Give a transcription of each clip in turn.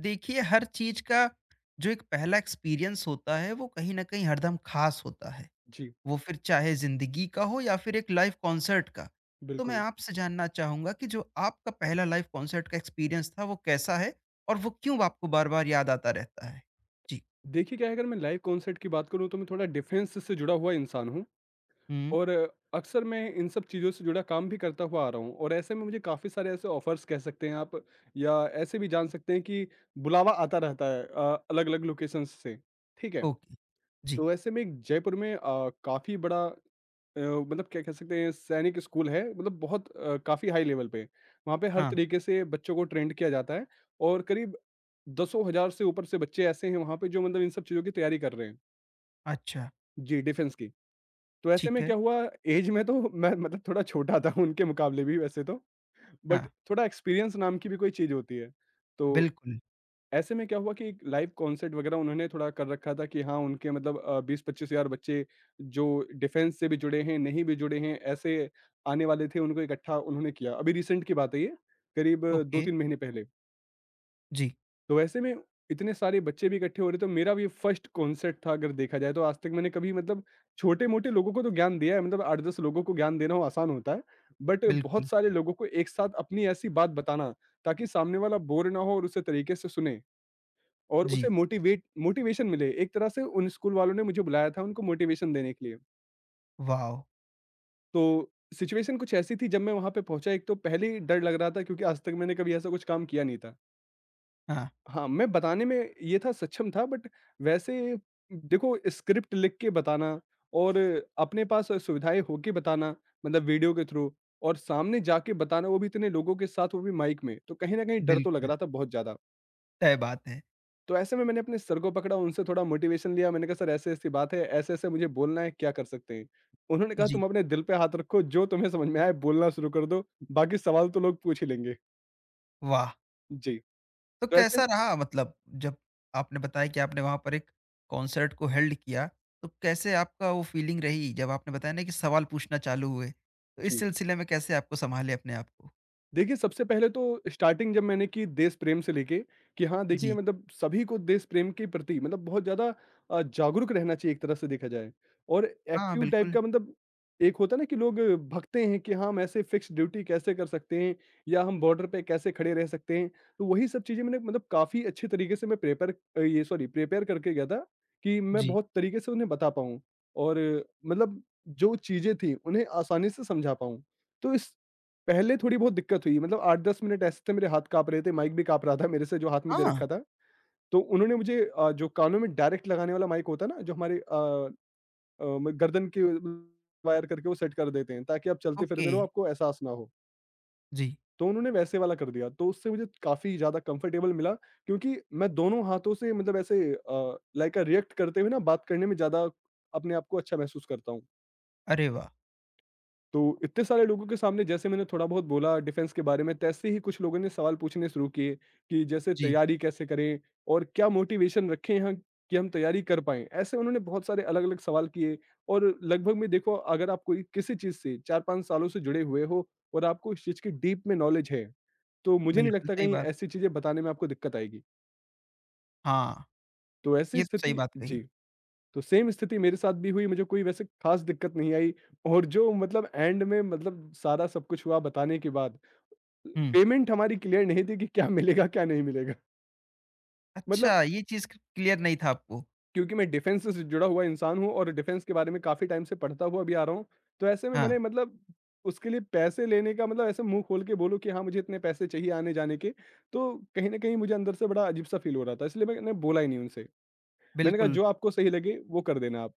देखिए हर चीज का जो एक पहला एक्सपीरियंस होता है वो कहीं ना कहीं हरदम खास होता है। जी, वो फिर चाहे जिंदगी का हो या फिर एक लाइव कॉन्सर्ट का। तो मैं बिल्कुल। आपसे जानना चाहूंगा कि जो आपका पहला लाइव कॉन्सर्ट का एक्सपीरियंस था वो कैसा है और वो क्यों आपको बार बार याद आता रहता है। जी। देखिए क्या है, अगर मैं लाइव कॉन्सर्ट की बात करूँ तो मैं थोड़ा डिफेंस से जुड़ा हुआ इंसान हूँ, हम्म। और अक्सर मैं इन सब चीज़ों से जुड़ा काम भी करता हुआ आ रहा हूँ। और ऐसे में मुझे काफ़ी सारे ऐसे ऑफ़र्स कह सकते हैं आप, या ऐसे भी जान सकते हैं कि बुलावा आता रहता है अलग-अलग लोकेशंस से, ठीक है? ओके। जी। तो ऐसे में, एक जयपुर में काफ़ी बड़ा, मतलब क्या कह सकते हैं, सैनिक स्कूल है, मतलब बहुत काफ़ी हाई लेवल पे। वहाँ पे हर हाँ। तरीके से बच्चों को ट्रेंड किया जाता है, और करीब दसों हज़ार से ऊपर से बच्चे ऐसे हैं वहाँ पे, जो मतलब इन सब चीज़ों की तैयारी कर रहे हैं। अच्छा। जी, डिफेंस की। तो ऐसे ठीक में है। क्या हुआ, ऐज में तो मैं मतलब थोड़ा छोटा था उनके मुकाबले भी, वैसे तो। बट हाँ। थोड़ा एक्सपीरियंस नाम की भी कोई चीज़ होती है। तो बिल्कुल। ऐसे में क्या हुआ कि एक लाइव कॉन्सर्ट वगैरह उन्होंने थोड़ा कर रखा था, कि हाँ, उनके मतलब 20-25 हज़ार बच्चे जो डिफेंस से भी जुड़े हैं, नहीं भी जुड़े हैं, ऐसे आने वाले थे, उनको इकट्ठा उन्होंने किया। अभी रिसेंट की बात है ये, करीब ओके। 2-3 महीने पहले। जी। तो ऐसे में इतने सारे बच्चे भी इकट्ठे हो रहे, तो मेरा भी फर्स्ट कॉन्सर्ट था अगर देखा जाए तो। आज तक मैंने कभी मतलब छोटे-मोटे लोगों को तो ज्ञान दिया है, मतलब 8-10 लोगों को ज्ञान देना वो आसान होता है। बट बहुत बिल्कुल। सारे लोगों को एक साथ अपनी ऐसी बात बताना, ताकि सामने वाला बोर ना हो और उसे तरीके से सुने, और जी। उसे मोटिवेट मोटिवेशन मिले। एक तरह से उन स्कूल वालों ने मुझे बुलाया था उनको मोटिवेशन देने के लिए। वाह। तो सिचुएशन कुछ ऐसी थी, जब मैं वहाँ पे पहुँचा, एक तो पहले ही डर लग रहा था, क्योंकि आज तक मैंने कभी ऐसा कुछ काम किया नहीं था। हाँ। हाँ, मैं बताने में ये था सक्षम था, बट वैसे देखो, स्क्रिप्ट लिख के बताना और अपने पास सुविधाएँ हो के बताना, मतलब वीडियो के थ्रू, और सामने जाके बताना वो भी इतने लोगों के साथ, वो भी माइक में, तो कहीं न कहीं डर तो लग बिल्कुल। रहा था बहुत ज़्यादा। तय बात है। तो ऐसे में मैंने अपने सर को पकड़ा, उनसे थोड़ा मोटिवेशन लिया, मैंने कहा सर ऐसी-ऐसी बात है, ऐसे-ऐसे मुझे बोलना है, क्या कर सकते हैं? उन्होंने कहा, जी। तुम अपने दिल पे हाथ रखो, जो तुम्हें समझ में आए बोलना शुरू कर दो, बाकी सवाल तो लोग पूछ ही लेंगे। वाह। जी, तो तो ऐसे, कैसा रहा मतलब जब आपने बताया कि आपने वहाँ पर एक कॉन्सर्ट को होल्ड किया, तो कैसे आपका वो फीलिंग रही जब आपने बताया ना कि सवाल पूछना चालू हुए? तो इस जी। सिलसिले में कैसे आपको सँभाले अपने आप को? देखिए, सबसे पहले तो स्टार्टिंग जब मैंने की देश प्रेम से लेके, कि हाँ, देखिए जी। मतलब सभी को देश प्रेम के प्रति, मतलब बहुत ज़्यादा जागरूक रहना चाहिए, एक तरह से देखा जाए, और हाँ, एक्टिव टाइप बिल्कुल। का। मतलब एक होता है ना कि लोग भगते हैं कि हाँ, हम ऐसे फिक्स ड्यूटी कैसे कर सकते हैं, या हम बॉर्डर पे कैसे खड़े रह सकते हैं। तो वही सब चीज़ें मैंने मतलब काफ़ी अच्छे तरीके से, मैं प्रेपर अ, ये सॉरी प्रिपेयर करके गया था, कि मैं जी। बहुत तरीके से उन्हें बता पाऊँ, और मतलब जो चीज़ें थी, उन्हें आसानी से समझा पाऊँ। तो इस पहले थोड़ी बहुत दिक्कत हुई, मतलब 8-10 मिनट ऐसे थे मेरे हाथ काँप रहे थे, माइक भी काँप रहा था मेरे से जो हाथ में दे हाँ, रखा था। तो उन्होंने मुझे जो कानों में डायरेक्ट लगाने वाला माइक होता है ना, जो हमारे अ अ, म गर्दन के वायर करके वो सेट कर देते हैं, ताकि आप ओके। चलते-फिरते रहो, आपको एहसास ना हो। जी। तो उन्होंने वैसे वाला कर दिया, तो उससे मुझे काफ़ी ज़्यादा कंफर्टेबल मिला, क्योंकि मैं दोनों हाथों से, मतलब ऐसे लाइक अ, रिएक्ट करते हुए ना बात करने में ज़्यादा अपने आप को अच्छा महसूस करता हूँ। अरे वाह! तो इतने सारे लोगों के सामने जैसे मैंने थोड़ा बहुत बोला डिफेंस के बारे में, तैसे ही कुछ लोगों ने सवाल पूछने शुरू किए, कि जैसे जी, तैयारी कैसे करें, और क्या मोटिवेशन रखें यहाँ कि हम तैयारी कर पाएँ? ऐसे उन्होंने बहुत सारे अलग-अलग सवाल किए, और लगभग में देखो, अगर आप कोई किसी चीज़ से 4-5 सालों से जुड़े हुए हो, और आपको इस चीज़ की डीप में नॉलेज है, तो मुझे नहीं बिल्कुल लगता सही कहीं बात। ऐसी चीज़ें बताने में आपको दिक्कत आएगी। हाँ, तो ऐसी ये तो सही स्थिति, बात कही। जी। तो सेम स्थिति मेरे साथ भी हुई, मुझे कोई वैसे खास दिक्कत नहीं आई, और जो मतलब एंड में, मतलब सारा सब कुछ हुआ बताने के बाद, हुँ। पेमेंट हमारी क्लियर नहीं थी कि क्या मिलेगा, क्या नहीं मिलेगा। मतलब अच्छा, ये चीज़ क क्लियर नहीं था आपको। क्योंकि मैं डिफेंस से जुड़ा हुआ इंसान हूँ, और डिफेंस के बारे में काफ़ी टाइम से पढ़ता हुआ भी आ रहा हूँ। तो ऐसे में हाँ, मैंने मतलब उसके लिए पैसे लेने का मतलब, ऐसे मुँह खोल के बोलो कि हाँ, मुझे इतने पैसे चाहिए आने-जाने के, तो कहीं न कहीं मुझे अंदर से बड़ा अजीब-सा फ़ील हो रहा था, इसलिए मैंने बोला ही नहीं उनसे। मैंने कहा, बिल्कुल। "जो आपको सही लगे, वो कर देना आप।"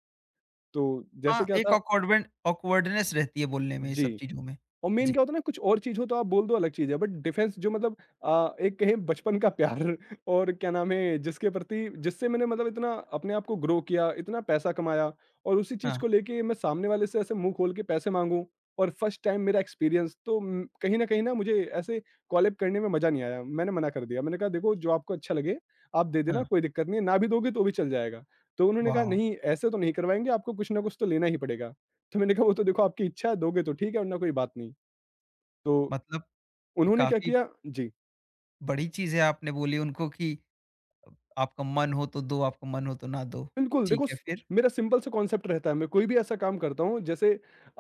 तो जैसे हाँ, क्या एक था, ऑकवर्डमेंट ऑकवर्डनेस रहती है बोलने में ये सब जी। चीज़ों में। और मेन जी। क्या होता है ना, कुछ और चीज़ हो तो आप बोल दो, अलग चीज़ है, बट डिफेंस जो मतलब एक कहें बचपन का प्यार, और क्या नाम है, जिसके प्रति, जिससे मैंने मतलब इतना अपने आप को ग्रो किया, इतना पैसा कमाया, और उसी चीज़ हाँ, को लेके मैं सामने वाले से ऐसे मुंह खोल के पैसे मांगूं। और फर्स्ट टाइम मेरा एक्सपीरियंस तो कहीं ना मुझे ऐसे कॉलेब करने में मजा नहीं आया। मैंने मना कर दिया, मैंने कहा देखो, जो आपको अच्छा लगे आप दे देना, हाँ। कोई दिक्कत नहीं है, ना भी दोगे तो भी चल जाएगा। तो उन्होंने कहा, वॉव! नहीं ऐसे तो नहीं करवाएंगे, आपको कुछ ना कुछ तो लेना ही पड़ेगा। तो मैंने कहा, वो तो देखो आपकी इच्छा है, दोगे तो ठीक है, वरना कोई बात नहीं। तो मतलब उन्होंने क्या काफ़ी किया, जी। बड़ी चीज़ है आपने बोली उनको कि अ, आपका मन हो तो दो, आपका मन हो तो ना दो। बिल्कुल, ठीक देखो, है स फिर? मेरा सिंपल सा कॉन्सेप्ट रहता है। मैं कोई भी ऐसा काम करता हूँ, जैसे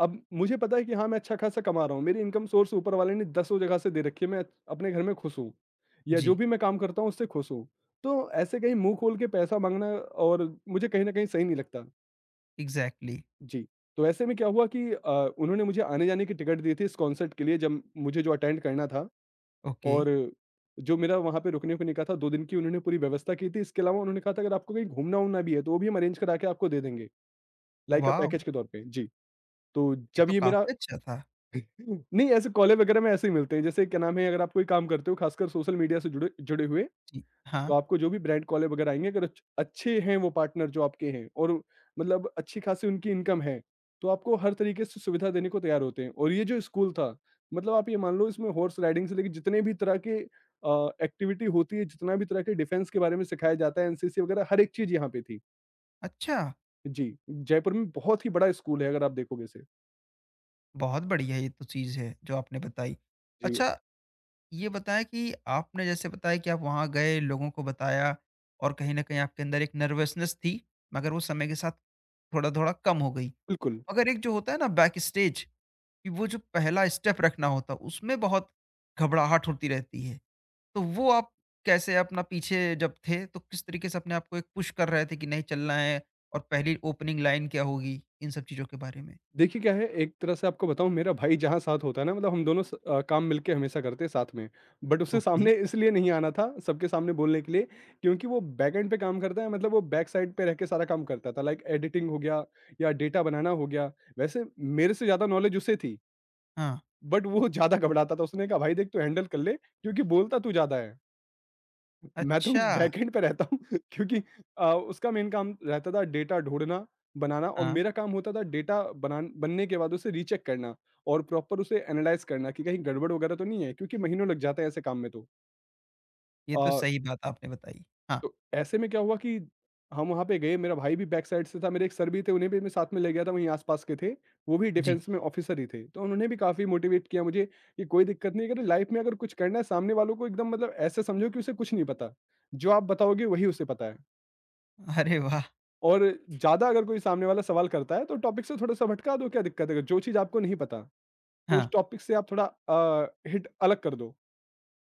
अब मुझे पता है कि हाँ, मैं अच्छा-खासा कमा रहा हूँ, मेरी इनकम सोर्स ऊपर वाले ने दसों जगह से दे रखी है, मैं अपने घर में खुश हूँ, या जो जी, भी मैं काम करता हूँ उससे खुश हूँ। तो ऐसे कहीं मुँह खोल के पैसा माँगना और मुझे कहीं न कहीं सही नहीं लगता। एग्ज़ैक्टली। जी, तो ऐसे में क्या हुआ कि उन्होंने मुझे आने-जाने की टिकट दी थी इस कॉन्सर्ट के लिए, जब मुझे जो अटेंड करना था। ओके, और जो मेरा वहाँ पे रुकने-उकने का था 2 दिन की, उन्होंने पूरी व्यवस्था की थी। इसके अलावा उन्होंने कहा था, अगर आपको कहीं घूमना-वूमना भी है तो वो भी हम अरेंज करा के आपको दे देंगे, लाइक अ वॉव! पैकेज के तौर पे। जी, तो ये जब तो ये मेरा काफ़ी अच्छा था। नहीं, ऐसे कॉलेज वगैरह में ऐसे ही मिलते हैं। जैसे क्या नाम है, अगर आप कोई काम करते हो, खासकर सोशल मीडिया से जुड़े जुड़े हुए, जी, तो हाँ, आपको जो भी ब्रांड कॉलर वगैरह आएँगे, अगर अच्छे हैं वो पार्टनर जो आपके हैं, और मतलब अच्छी खासी उनकी इनकम है, तो आपको हर तरीके से सुविधा देने को तैयार होते हैं। और ये जो स्कूल था, मतलब आप ये मान लो, इसमें हॉर्स राइडिंग से लेके जितने भी तरह के एक्टिविटी होती है, जितना भी तरह के डिफेंस के बारे में सिखाया जाता है, एनसीसी वगैरह, हर एक चीज़ यहाँ पे थी। अच्छा, जी, जयपुर में बहुत ही बड़ा स्कूल है अगर आप देखोगे इसे। बहुत बढ़िया ये तो चीज़ है जो आपने बताई। जी, अच्छा, ये बताएँ कि आपने जैसे बताया कि आप वहाँ गए, लोगों को बताया और कहीं न कहीं आपके अंदर एक नर्वसनेस थी, मगर वो समय के साथ थोड़ा-थोड़ा कम हो गई। बिल्कुल। मगर एक जो होता है ना बैक स्टेज कि वो जो पहला स्टेप रखना होता है, उसमें बहुत घबराहट होती रहती है। तो वो आप कैसे अपना पीछे जब थे, तो किस तरीके से अपने आप को एक पुश कर रहे थे कि नहीं चलना है और पहली ओपनिंग लाइन क्या होगी? इन सब चीज़ों के बारे में? देखिए क्या है, एक तरह से आपको बताऊँ, मेरा भाई जहाँ साथ होता है ना, मतलब हम दोनों काम मिलके हमेशा करते हैं साथ में। बट उसे ओके, सामने इसलिए नहीं आना था सबके सामने बोलने के लिए, क्योंकि वो बैकएंड पे काम करता है, मतलब वो बैक साइड पे रह के सारा काम करता था, लाइक एडिटिंग हो गया या डेटा बनाना हो गया। वैसे मेरे से ज़्यादा नॉलेज उसे थी, हाँ। बट वो ज़्यादा घबराता था। उसने कहा भाई देख, तू हैंडल कर ले, क्योंकि बोलता तू ज़्यादा है। मैं तो अच्छा! बैकएंड पे रहता हूँ। क्योंकि उसका मेन काम रहता था डेटा ढूँढना, बनाना, और हाँ, मेरा काम होता था डेटा बनान बनने के बाद उसे रीचेक करना, और प्रॉपर उसे एनालाइज़ करना, कि कहीं गड़बड़ वगैरह तो नहीं है, क्योंकि महीनों लग जाते हैं ऐसे काम में तो। ये तो अ, सही बात आपने बताई। हाँ, तो ऐसे में क्या हुआ कि हम वहाँ पे गए, मेरा भाई भी बैक साइड से था, मेरे एक सर भी थे, उन्हें भी मैं साथ में ले गया था, वहीं आस-पास के थे, वो भी जी। डिफेंस में ऑफिसर ही थे। तो उन्होंने भी काफ़ी मोटिवेट किया मुझे, कि कोई दिक्कत नहीं है, अगर लाइफ में अगर कुछ करना है, सामने वालों को एकदम मतलब ऐसे समझो कि उसे कुछ नहीं पता, जो आप बताओगे वही उसे पता है। अरे वाह! और ज़्यादा अगर कोई सामने वाला सवाल करता है तो टॉपिक से थोड़ा-सा भटका दो, क्या दिक्कत है? अगर जो चीज़ आपको नहीं पता, तो उस हाँ, टॉपिक से आप थोड़ा हिट अलग कर दो,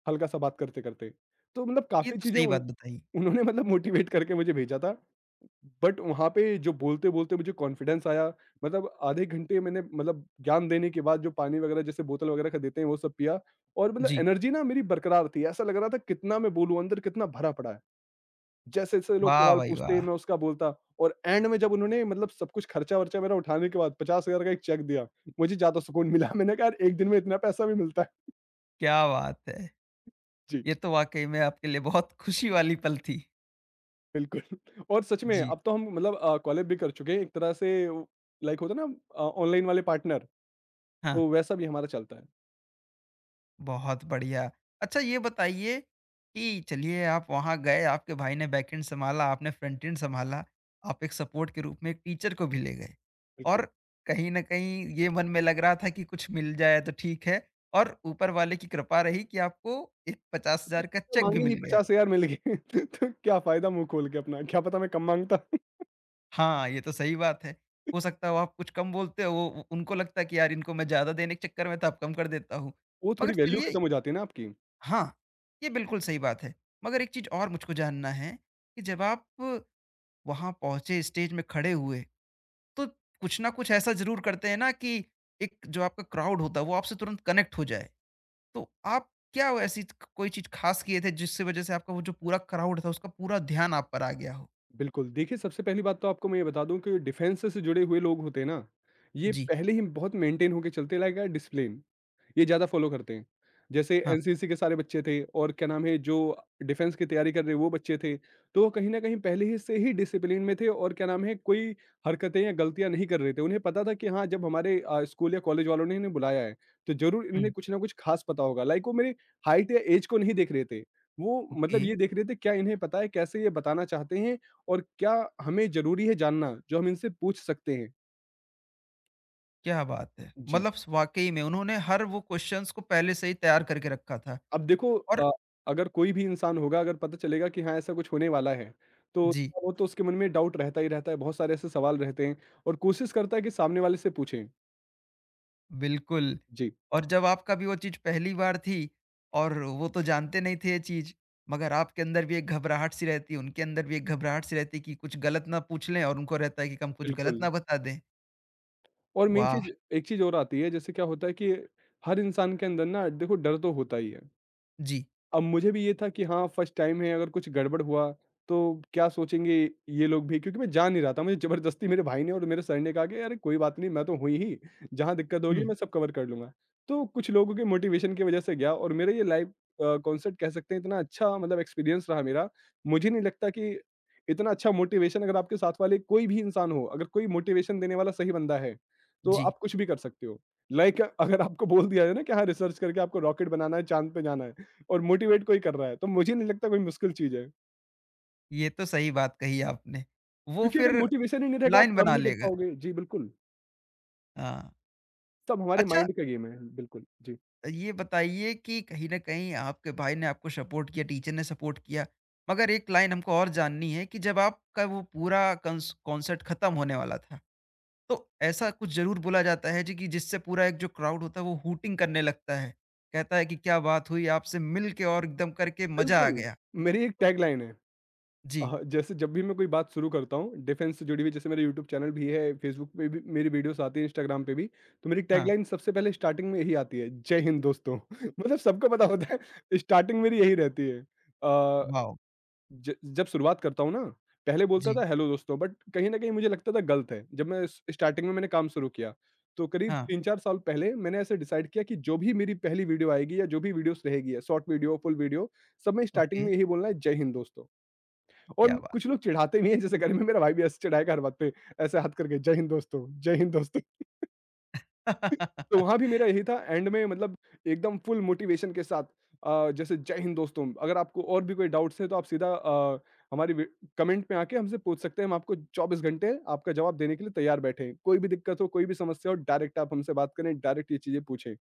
हल्का-सा बात करते-करते। तो मतलब ये काफ़ी तो चीज़ें सही बात उन बताई। उन्होंने मतलब मोटिवेट करके मुझे भेजा था। बट वहाँ पे जो बोलते-बोलते मुझे कॉन्फिडेंस आया, मतलब आधे घंटे मैंने मतलब ज्ञान देने के बाद जो पानी वगैरह जैसे बोतल वगैरह का देते हैं वो सब पिया और मतलब जी। एनर्जी ना मेरी बरकरार थी। ऐसा लग रहा था, कितना मैं बोलूँ, अंदर कितना भरा पड़ा है। जैसे-जैसे लोग वाह सवाल भाई पूछते, वाह! मैं उसका बोलता। और एंड में जब उन्होंने मतलब सब कुछ खर्चा-वर्चा मेरा उठाने के बाद 50,000 का एक चेक दिया, मुझे ज़्यादा सुकून मिला। मैंने कहा, यार एक दिन में इतना पैसा भी मिलता है। क्या बात है! जी, ये तो वाक़ई में आपके लिए बहुत खुशी वाली पल थी। बिल्कुल। और सच में जी, अब तो हम मतलब कोलैब भी कर चुके हैं एक तरह से। वो लाइक होता है ना ऑनलाइन वाले पार्टनर, हाँ। तो वैसा भी हमारा चलता है। बहुत बढ़िया। अच्छा ये बताइए कि चलिए आप वहाँ गए, आपके भाई ने बैकएंड सँभाला, आपने फ्रंट-एंड सँभाला, आप एक सपोर्ट के रूप में एक टीचर को भी ले गए। बिल्कुल, और कहीं न कहीं ये मन में लग रहा था कि कुछ मिल जाए तो ठीक है और ऊपर वाले की कृपा रही कि आपको एक 50,000 का चेक भी माँगे ही मिल गया। 50,000 मिल गए। तो क्या फ़ायदा मुँह खोल के अपना, क्या पता मैं कम माँगता। हाँ, ये तो सही बात है। हो सकता है वो आप कुछ कम बोलते हो, उनको लगता है कि यार इनको मैं ज़्यादा देने के चक्कर में था अब कम कर देता हूँ। वो मगर थोड़ी वैल्यू चलिए, खत्म हो जाती है ना आपकी। हाँ, ये बिल्कुल सही बात है। मगर एक चीज़ और मुझको जानना है कि जब आप वहाँ पहुँचे, स्टेज में खड़े हुए, तो कुछ ना कुछ ऐसा ज़रूर करते हैं ना कि एक जो आपका क्राउड होता है, वो आपसे तुरंत कनेक्ट हो जाए। तो आप क्या वो ऐसी क कोई चीज़ ख़ास किए थे जिसकी वज़ह से आपका वो जो पूरा क्राउड था, उसका पूरा ध्यान आप पर आ गया हो? बिल्कुल, देखिए, सबसे पहली बात तो आपको मैं ये बता दूँ कि डिफेंस से जुड़े हुए लोग होते हैं ना, ये जी, पहले ही बहुत मेंटेन होके चलते, लाइक अ डिसिप्लिन। ये ज़्यादा फ़ॉलो करते हैं। जैसे हाँ। एनसीसी के सारे बच्चे थे, और क्या नाम है, जो डिफेंस की तैयारी कर रहे वो बच्चे थे। तो वो कहीं न कहीं पहले ही से ही डिसिप्लिन में थे, और क्या नाम है, कोई हरकतें या गलतियाँ नहीं कर रहे थे। उन्हें पता था कि हाँ, जब हमारे स्कूल या कॉलेज वालों ने इन्हें बुलाया है, तो ज़रूर हुँ, इन्हें कुछ ना कुछ ख़ास पता होगा। लाइक वो मेरी हाइट या ऐज को नहीं देख रहे थे। वो ओके, मतलब ये देख रहे थे, क्या इन्हें पता है, कैसे ये बताना चाहते हैं और क्या हमें ज़रूरी है जानना जो हम इनसे पूछ सकते हैं? क्या बात है! जी। मतलब स वाक़ई में उन्होंने हर वो क्वेश्चन्स को पहले से ही तैयार करके रखा था अब देखो, और अगर कोई भी इंसान होगा, अगर पता चलेगा कि हाँ, ऐसा कुछ होने वाला है, तो जी। वो तो उसके मन में डाउट रहता ही रहता है, बहुत सारे ऐसे सवाल रहते हैं और कोशिश करता है कि सामने वाले से पूछें। बिल्कुल। जी, और जब आप भी वो चीज़ पहली बार थी और वो तो जानते नहीं थे ये चीज़, मगर आपके अंदर भी एक घबराहट सी रहती है, उनके अंदर भी एक घबराहट सी रहती है कि कुछ गलत ना पूछ लें और उनको रहता है कि हम कुछ गलत बिल्कुल। ना बता दें। और मेन वाह! चीज़, एक चीज़ और आती है, जैसे क्या होता है कि हर इंसान के अंदर ना, देखो, डर तो होता ही है। जी। अब मुझे भी ये था कि हाँ, फर्स्ट टाइम है, अगर कुछ गड़बड़ हुआ, तो क्या सोचेंगे ये लोग भी, क्योंकि मैं जा नहीं रहा था, मुझे ज़बरदस्ती मेरे भाई ने और मेरे सर ने कहा कि अरे कोई बात नहीं, मैं तो हूँ ही, जहाँ दिक्कत हुँ, होगी मैं सब कवर कर लूँगा। तो कुछ लोगों के मोटिवेशन की वज़ह से गया और मेरा ये लाइव कॉन्सर्ट कह सकते हैं, इतना अच्छा मतलब एक्सपीरियंस रहा मेरा, मुझे नहीं लगता कि इतना अच्छा मोटिवेशन, अगर आपके साथ वाले कोई भी इंसान हो, अगर कोई मोटिवेशन देने वाला सही बंदा है, तो जी। आप कुछ भी कर सकते हो। लाइक अगर आपको बोल दिया जाए ना कि हाँ, रिसर्च करके आपको रॉकेट बनाना है, चाँद पे जाना है, और मोटिवेट कोई कर रहा है, तो मुझे नहीं लगता कोई मुश्किल चीज़ है। ये तो सही बात कही आपने। वो क्योंकि अगर फिर मोटिवेशन ही नहीं रहेगा, आप लाइन काम ही बना नहीं कर लेगा। पाओगे। जी, बिल्कुल। हाँ। सब हमारे अच्छा माइंड का गेम है। बिल्कुल, जी। ये बताइए कि कहीं न कहीं आपके भाई ने आपको सपोर्ट किया, टीचर ने सपोर्ट किया, मगर एक लाइन हमको और जाननी है कि जब आपका वो पूरा कंस कॉन्सर्ट खत्म होने वाला था तो ऐसा कुछ ज़रूर बोला जाता है जी कि जिससे पूरा एक जो क्राउड होता है वो हूटिंग करने लगता है। कहता है कि क्या बात हुई आपसे मिल के और एकदम करके मज़ा आ बिल्कुल, गया। मेरी एक तो टैगलाइन है। जी, जैसे जब भी मैं कोई बात शुरू करता हूँ, डिफेंस से जुड़ी हुई, जैसे मेरा यूट्यूब चैनल भी है, फेसबुक पे भी मेरी वीडियोस आती हैं, इंस्टाग्राम पे भी, तो मेरी हाँ, टैगलाइन सबसे पहले स्टार्टिंग में यही आती है, जय हिंद दोस्तों। मतलब सबको पता होता है स्टार्टिंग मेरी यही रहती है। अ वाओ! ज जब शुरुआत करता हूँ ना, पहले बोलता जी, था हेलो दोस्तों, बट कहीं न कहीं मुझे लगता था गलत है। जब मैं स स्टार्टिंग में मैंने काम शुरू किया, तो करीब हाँ, 3-4 साल पहले मैंने ऐसे डिसाइड किया कि जो भी मेरी पहली वीडियो आएगी या जो भी वीडियोज़ रहेगी, या शॉर्ट वीडियो, फुल वीडियो, सब में ओके, स्टार्टिंग में यही बोलना है, जय हिंद दोस्तों। क्या और बात! कुछ लोग चिढ़ाते भी हैं, जैसे घर में मेरा भाई भी ऐसे चिढ़ाएगा हर बात पे, ऐसे हाथ करके, जय हिंद दोस्तों, जय हिंद दोस्तों। तो वहाँ भी मेरा यही था, एंड में मतलब एकदम फुल मोटिवेशन के साथ जैसे जय हिंद दोस्तों, अगर आपको और भी कोई डाउट्स है, तो आप सीधा हमारी कमेंट में आके हमसे पूछ सकते हैं, हम आपको 24 घंटे आपका जवाब देने के लिए तैयार बैठे हैं, कोई भी दिक्कत हो, कोई भी समस्या हो, डायरेक्ट आप हमसे बात करें, डायरेक्ट ये चीजें पूछें।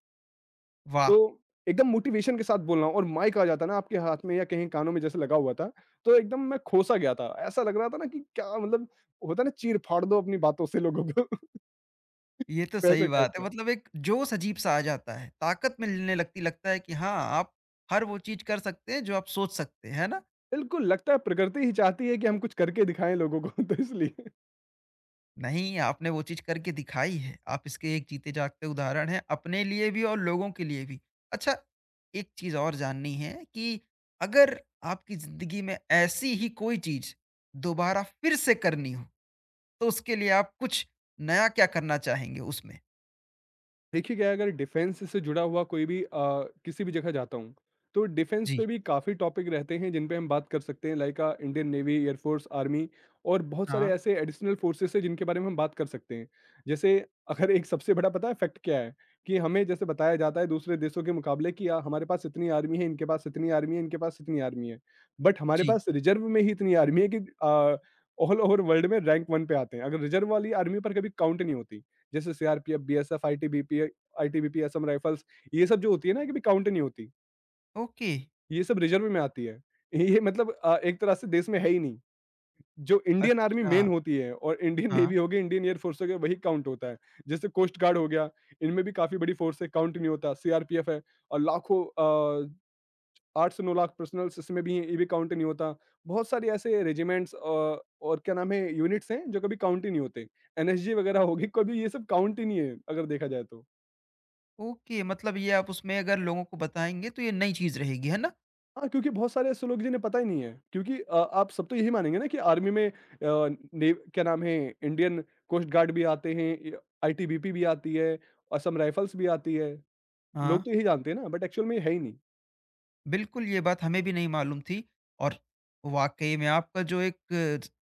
तो वाह! एकदम मोटिवेशन के साथ बोलना, और माइक आ जाता ना आपके हाथ में या कहीं कानों में जैसे लगा हुआ था, तो एकदम मैं खोसा गया था, ऐसा लग रहा था ना कि क्या मतलब, होता ना, चीर फाड़ दो अपनी बातों से लोगों को। ये तो सही वैसे टाइप बात है का। मतलब एक जोश अजीब-सा आ जाता है, ताकत मिलने लगती लगता है कि हाँ, आप हर वो चीज़ कर सकते हैं जो आप सोच सकते हैं, है ना? बिल्कुल, लगता है प्रकृति ही चाहती है कि हम कुछ करके दिखाएँ लोगों को। तो इसलिए। नहीं, आपने वो चीज़ करके दिखाई है। आप इसके एक जीते-जागते उदाहरण हैं, अपने लिए भी और लोगों के लिए भी। अच्छा, एक चीज़ और जाननी है कि अगर आपकी ज़िंदगी में ऐसी ही कोई चीज़ दोबारा फिर से करनी हो, तो उसके लिए आप कुछ नया क्या करना चाहेंगे उसमें? देखिए क्या है, अगर डिफेंस से जुड़ा हुआ कोई भी किसी भी जगह जाता हूँ, तो डिफेंस जी। पे भी काफ़ी टॉपिक रहते हैं जिन पे हम बात कर सकते हैं, like Indian navy, air force, army, और बहुत सारे हाँ, ऐसे एडिशनल फोर्सेस हैं जिनके बारे में हम बात कर सकते हैं। जैसे, अगर एक सबसे बड़ा पता है फैक्ट क्या है, कि हमें जैसे बताया जाता है दूसरे देशों के मुकाबले कि हमारे पास इतनी आर्मी है, इनके पास इतनी आर्मी है, इनके पास इतनी आर्मी है, बट हमारे जी। पास रिजर्व में ही इतनी आर्मी है कि ऑल ओवर वर्ल्ड में रैंक वन पे आते हैं, अगर रिजर्व वाली आर्मी पर कभी काउंट नहीं होती, जैसे CRPF, BSF, ITBP, Assam rifles, ये सब जो होती है ना, कि भी काउंट नहीं होती। ओके, ये सब रिजर्व में आती है। ये मतलब एक तरह से देश में है ही नहीं। जो इंडियन आर्मी अच्छा, मेन होती है और इंडियन हाँ। नेवी हो गई, इंडियन एयर फोर्स हो गया, वही काउंट होता है। जैसे कोस्ट गार्ड हो गया, इनमें भी काफ़ी बड़ी फोर्स है, काउंट नहीं होता। सीआरपीएफ है और लाखों, अ, 8 से 9 लाख पर्सनल्स इसमें भी हैं, ये भी काउंट नहीं होता। बहुत सारे ऐसे रेजिमेंट्स, और क्या नाम है, यूनिट्स हैं जो कभी काउंट ही नहीं होते। एनएसजी वगैरह होगी, कभी ये सब काउंट ही नहीं है अगर देखा जाए तो। ओके, मतलब ये आप उसमें अगर लोगों को बताएँगे तो ये नई चीज़ रहेगी, है ना? हाँ, क्योंकि बहुत सारे ऐसे लोग जिन्हें पता ही नहीं है, क्योंकि आप सब तो यही मानेंगे ना कि आर्मी में नेव क्या नाम है, इंडियन कोस्ट गार्ड भी आते हैं, य आईटीबीपी भी आती है, असम राइफल्स भी आती है। लोग हाँ। तो यही जानते हैं ना, बट एक्चुअल में ये है ही नहीं। बिल्कुल, ये बात हमें भी नहीं मालूम थी और वाक़ई में आपका जो एक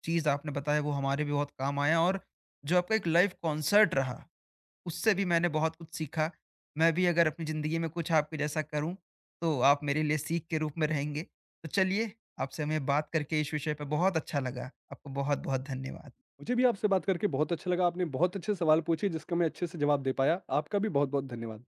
चीज़ आपने बताया वो हमारे भी बहुत काम आया और जो आपका एक लाइव कॉन्सर्ट रहा, उससे भी मैंने बहुत कुछ सीखा। मैं भी अगर अपनी ज़िंदगी में कुछ आपके जैसा करूँ, तो आप मेरे लिए सीख के रूप में रहेंगे। तो चलिए, आपसे हमें बात करके इस विषय पे बहुत अच्छा लगा। आपको बहुत-बहुत धन्यवाद। मुझे भी आपसे बात करके बहुत अच्छा लगा, आपने बहुत अच्छे सवाल पूछे जिसका मैं अच्छे से जवाब दे पाया। आपका भी बहुत-बहुत धन्यवाद।